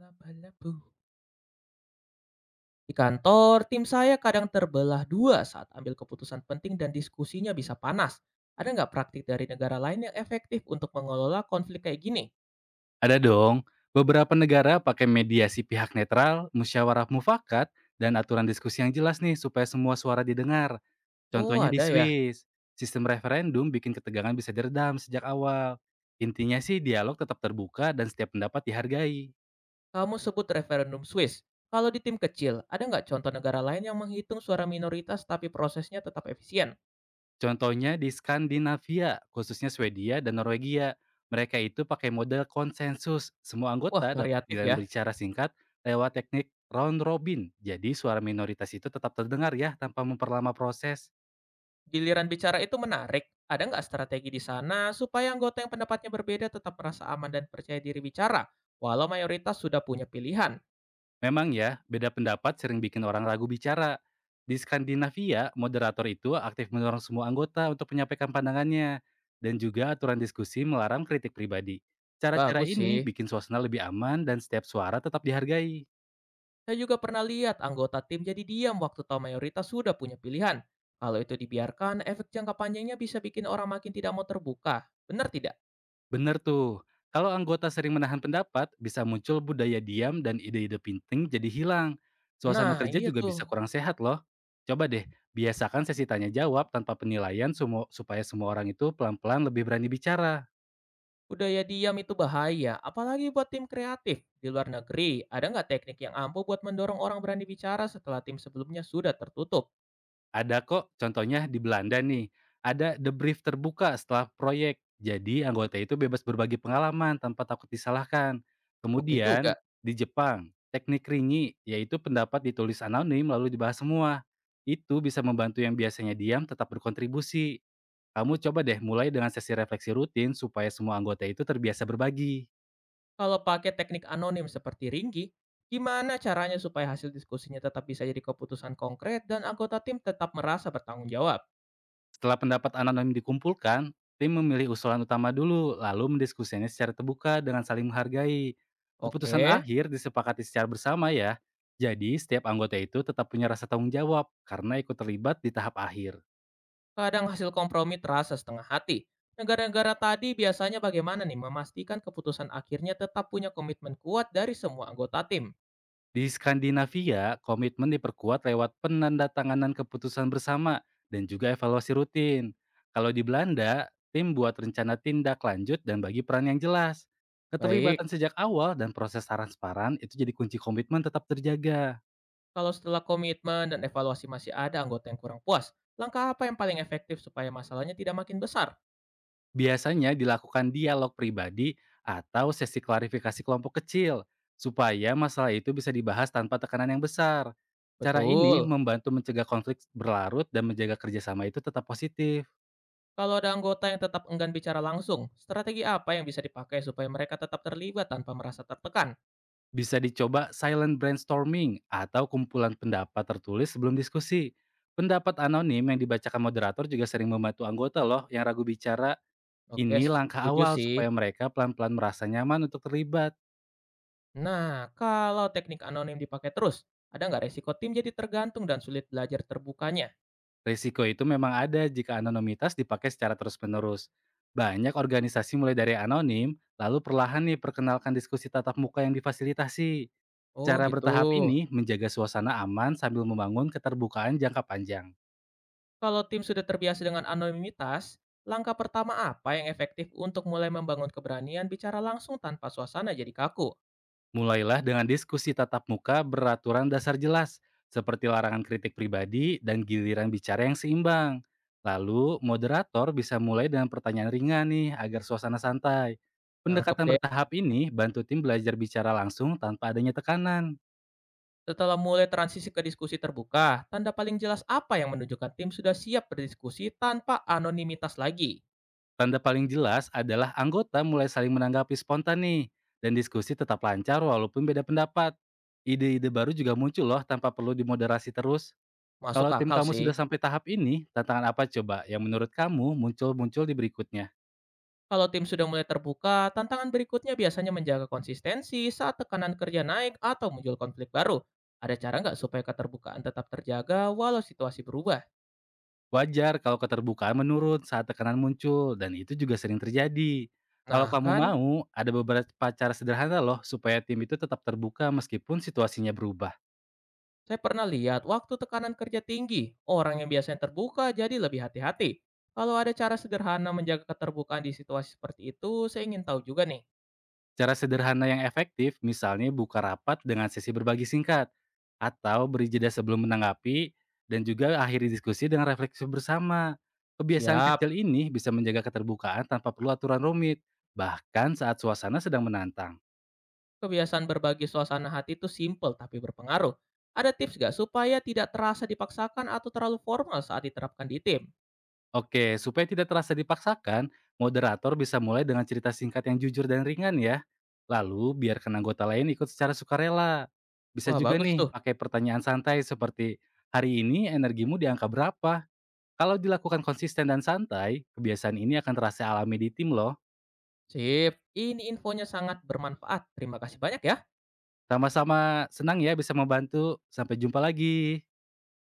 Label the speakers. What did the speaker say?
Speaker 1: Laba-labu. Di kantor, tim saya kadang terbelah dua saat ambil keputusan penting dan diskusinya bisa panas. Ada nggak praktik dari negara lain yang efektif untuk mengelola konflik kayak gini?
Speaker 2: Ada dong, beberapa negara pakai mediasi pihak netral, musyawarah mufakat, dan aturan diskusi yang jelas nih supaya semua suara didengar.
Speaker 1: Oh,
Speaker 2: Contohnya di
Speaker 1: ada ya.
Speaker 2: Swiss, sistem referendum bikin ketegangan bisa diredam sejak awal. Intinya sih dialog tetap terbuka dan setiap pendapat dihargai.
Speaker 1: Kamu sebut referendum Swiss. Kalau di tim kecil, ada nggak contoh negara lain yang menghitung suara minoritas tapi prosesnya tetap efisien?
Speaker 2: Contohnya di Skandinavia, khususnya Swedia dan Norwegia. Mereka itu pakai model konsensus. Semua
Speaker 1: Wah,
Speaker 2: anggota dapat
Speaker 1: variatif ya.
Speaker 2: giliran berbicara singkat lewat teknik round robin. Jadi suara minoritas itu tetap terdengar ya tanpa memperlama proses.
Speaker 1: Giliran bicara itu menarik. Ada nggak strategi di sana supaya anggota yang pendapatnya berbeda tetap merasa aman dan percaya diri bicara, walau mayoritas sudah punya pilihan?
Speaker 2: Memang ya, beda pendapat sering bikin orang ragu bicara. Di Skandinavia, moderator itu aktif mendorong semua anggota untuk menyampaikan pandangannya dan juga aturan diskusi melarang kritik pribadi. Cara-cara
Speaker 1: Bagus
Speaker 2: ini
Speaker 1: sih.
Speaker 2: bikin suasana lebih aman dan setiap suara tetap dihargai.
Speaker 1: Saya juga pernah lihat anggota tim jadi diam waktu tahu mayoritas sudah punya pilihan. Kalau itu dibiarkan, efek jangka panjangnya bisa bikin orang makin tidak mau terbuka. Benar tidak?
Speaker 2: Bener tuh. Kalau anggota sering menahan pendapat, bisa muncul budaya diam dan ide-ide penting jadi hilang. Suasana
Speaker 1: Nah,
Speaker 2: kerja
Speaker 1: iya
Speaker 2: juga
Speaker 1: tuh.
Speaker 2: bisa kurang sehat loh. Coba deh, biasakan sesi tanya jawab tanpa penilaian supaya semua orang itu pelan-pelan lebih berani bicara.
Speaker 1: Budaya diam itu bahaya, apalagi buat tim kreatif. Di luar negeri, ada nggak teknik yang ampuh buat mendorong orang berani bicara setelah tim sebelumnya sudah tertutup?
Speaker 2: Ada kok, contohnya di Belanda nih, ada the brief terbuka setelah proyek. Jadi anggota itu bebas berbagi pengalaman tanpa takut disalahkan.
Speaker 1: Oke juga.
Speaker 2: Kemudian di Jepang, teknik ringi yaitu pendapat ditulis anonim lalu dibahas semua. Itu bisa membantu yang biasanya diam tetap berkontribusi. Kamu coba deh mulai dengan sesi refleksi rutin supaya semua anggota itu terbiasa berbagi.
Speaker 1: Kalau pakai teknik anonim seperti Ringgi, gimana caranya supaya hasil diskusinya tetap bisa jadi keputusan konkret dan anggota tim tetap merasa bertanggung jawab?
Speaker 2: Setelah pendapat anonim dikumpulkan, tim memilih usulan utama dulu, lalu mendiskusikannya secara terbuka dengan saling menghargai. Keputusan
Speaker 1: Oke.
Speaker 2: akhir disepakati secara bersama ya. Jadi, setiap anggota itu tetap punya rasa tanggung jawab karena ikut terlibat di tahap akhir.
Speaker 1: Kadang hasil kompromi terasa setengah hati. Negara-negara tadi biasanya bagaimana nih memastikan keputusan akhirnya tetap punya komitmen kuat dari semua anggota tim?
Speaker 2: Di Skandinavia, komitmen diperkuat lewat penandatanganan keputusan bersama dan juga evaluasi rutin. Kalau di Belanda, tim buat rencana tindak lanjut dan bagi peran yang jelas.
Speaker 1: Baik,
Speaker 2: Keterlibatan sejak awal dan proses transparan itu jadi kunci komitmen tetap terjaga.
Speaker 1: kalau setelah komitmen dan evaluasi masih ada anggota yang kurang puas, langkah apa yang paling efektif supaya masalahnya tidak makin besar?
Speaker 2: Biasanya dilakukan dialog pribadi atau sesi klarifikasi kelompok kecil supaya masalah itu bisa dibahas tanpa tekanan yang besar. Cara ini
Speaker 1: Betul.
Speaker 2: membantu mencegah konflik berlarut dan menjaga kerjasama itu tetap positif.
Speaker 1: Kalau ada anggota yang tetap enggan bicara langsung, strategi apa yang bisa dipakai supaya mereka tetap terlibat tanpa merasa tertekan?
Speaker 2: Bisa dicoba silent brainstorming atau kumpulan pendapat tertulis sebelum diskusi. Pendapat anonim yang dibacakan moderator juga sering membantu anggota loh yang ragu bicara.
Speaker 1: Oke,
Speaker 2: Ini langkah
Speaker 1: setuju
Speaker 2: awal
Speaker 1: sih.
Speaker 2: supaya mereka pelan-pelan merasa nyaman untuk terlibat.
Speaker 1: Nah, kalau teknik anonim dipakai terus, ada nggak resiko tim jadi tergantung dan sulit belajar terbukanya?
Speaker 2: Risiko itu memang ada jika anonimitas dipakai secara terus-menerus. Banyak organisasi mulai dari anonim, lalu perlahan nih perkenalkan diskusi tatap muka yang difasilitasi.
Speaker 1: Oh
Speaker 2: Cara
Speaker 1: gitu.
Speaker 2: bertahap ini menjaga suasana aman sambil membangun keterbukaan jangka panjang.
Speaker 1: Kalau tim sudah terbiasa dengan anonimitas, langkah pertama apa yang efektif untuk mulai membangun keberanian bicara langsung tanpa suasana jadi kaku?
Speaker 2: Mulailah dengan diskusi tatap muka beraturan dasar jelas, seperti larangan kritik pribadi dan giliran bicara yang seimbang. Lalu, moderator bisa mulai dengan pertanyaan ringan nih agar suasana santai.
Speaker 1: Nangkep
Speaker 2: Pendekatan
Speaker 1: deh.
Speaker 2: bertahap ini bantu tim belajar bicara langsung tanpa adanya tekanan.
Speaker 1: Setelah mulai transisi ke diskusi terbuka, tanda paling jelas apa yang menunjukkan tim sudah siap berdiskusi tanpa anonimitas lagi?
Speaker 2: Tanda paling jelas adalah anggota mulai saling menanggapi spontan nih, dan diskusi tetap lancar walaupun beda pendapat. Ide-ide baru juga muncul loh tanpa perlu dimoderasi terus.
Speaker 1: Masuk
Speaker 2: Kalau tim
Speaker 1: akal
Speaker 2: kamu
Speaker 1: sih.
Speaker 2: sudah sampai tahap ini, tantangan apa coba yang menurut kamu muncul-muncul di berikutnya?
Speaker 1: Kalau tim sudah mulai terbuka, tantangan berikutnya biasanya menjaga konsistensi saat tekanan kerja naik atau muncul konflik baru. Ada cara nggak supaya keterbukaan tetap terjaga walau situasi berubah?
Speaker 2: Wajar kalau keterbukaan menurun saat tekanan muncul, dan itu juga sering terjadi. Kalau
Speaker 1: Nah
Speaker 2: kamu
Speaker 1: kan,
Speaker 2: mau, ada beberapa cara sederhana loh supaya tim itu tetap terbuka meskipun situasinya berubah.
Speaker 1: saya pernah lihat waktu tekanan kerja tinggi, orang yang biasanya terbuka jadi lebih hati-hati. Kalau ada cara sederhana menjaga keterbukaan di situasi seperti itu, saya ingin tahu juga nih.
Speaker 2: Cara sederhana yang efektif misalnya buka rapat dengan sesi berbagi singkat atau beri jeda sebelum menanggapi dan juga akhiri diskusi dengan refleksi bersama. Kebiasaan
Speaker 1: Siap,
Speaker 2: kecil ini bisa menjaga keterbukaan tanpa perlu aturan rumit, bahkan saat suasana sedang menantang.
Speaker 1: kebiasaan berbagi suasana hati itu simple tapi berpengaruh. Ada tips nggak supaya tidak terasa dipaksakan atau terlalu formal saat diterapkan di tim?
Speaker 2: Oke, supaya tidak terasa dipaksakan, moderator bisa mulai dengan cerita singkat yang jujur dan ringan ya. Lalu biarkan anggota lain ikut secara sukarela. Bisa
Speaker 1: Wah,
Speaker 2: juga
Speaker 1: bagus
Speaker 2: nih
Speaker 1: tuh.
Speaker 2: pakai pertanyaan santai seperti, hari ini energimu di angka berapa? Kalau dilakukan konsisten dan santai, kebiasaan ini akan terasa alami di tim loh.
Speaker 1: Sip. Ini infonya sangat bermanfaat. Terima kasih banyak ya.
Speaker 2: Sama-sama senang ya bisa membantu. Sampai jumpa lagi.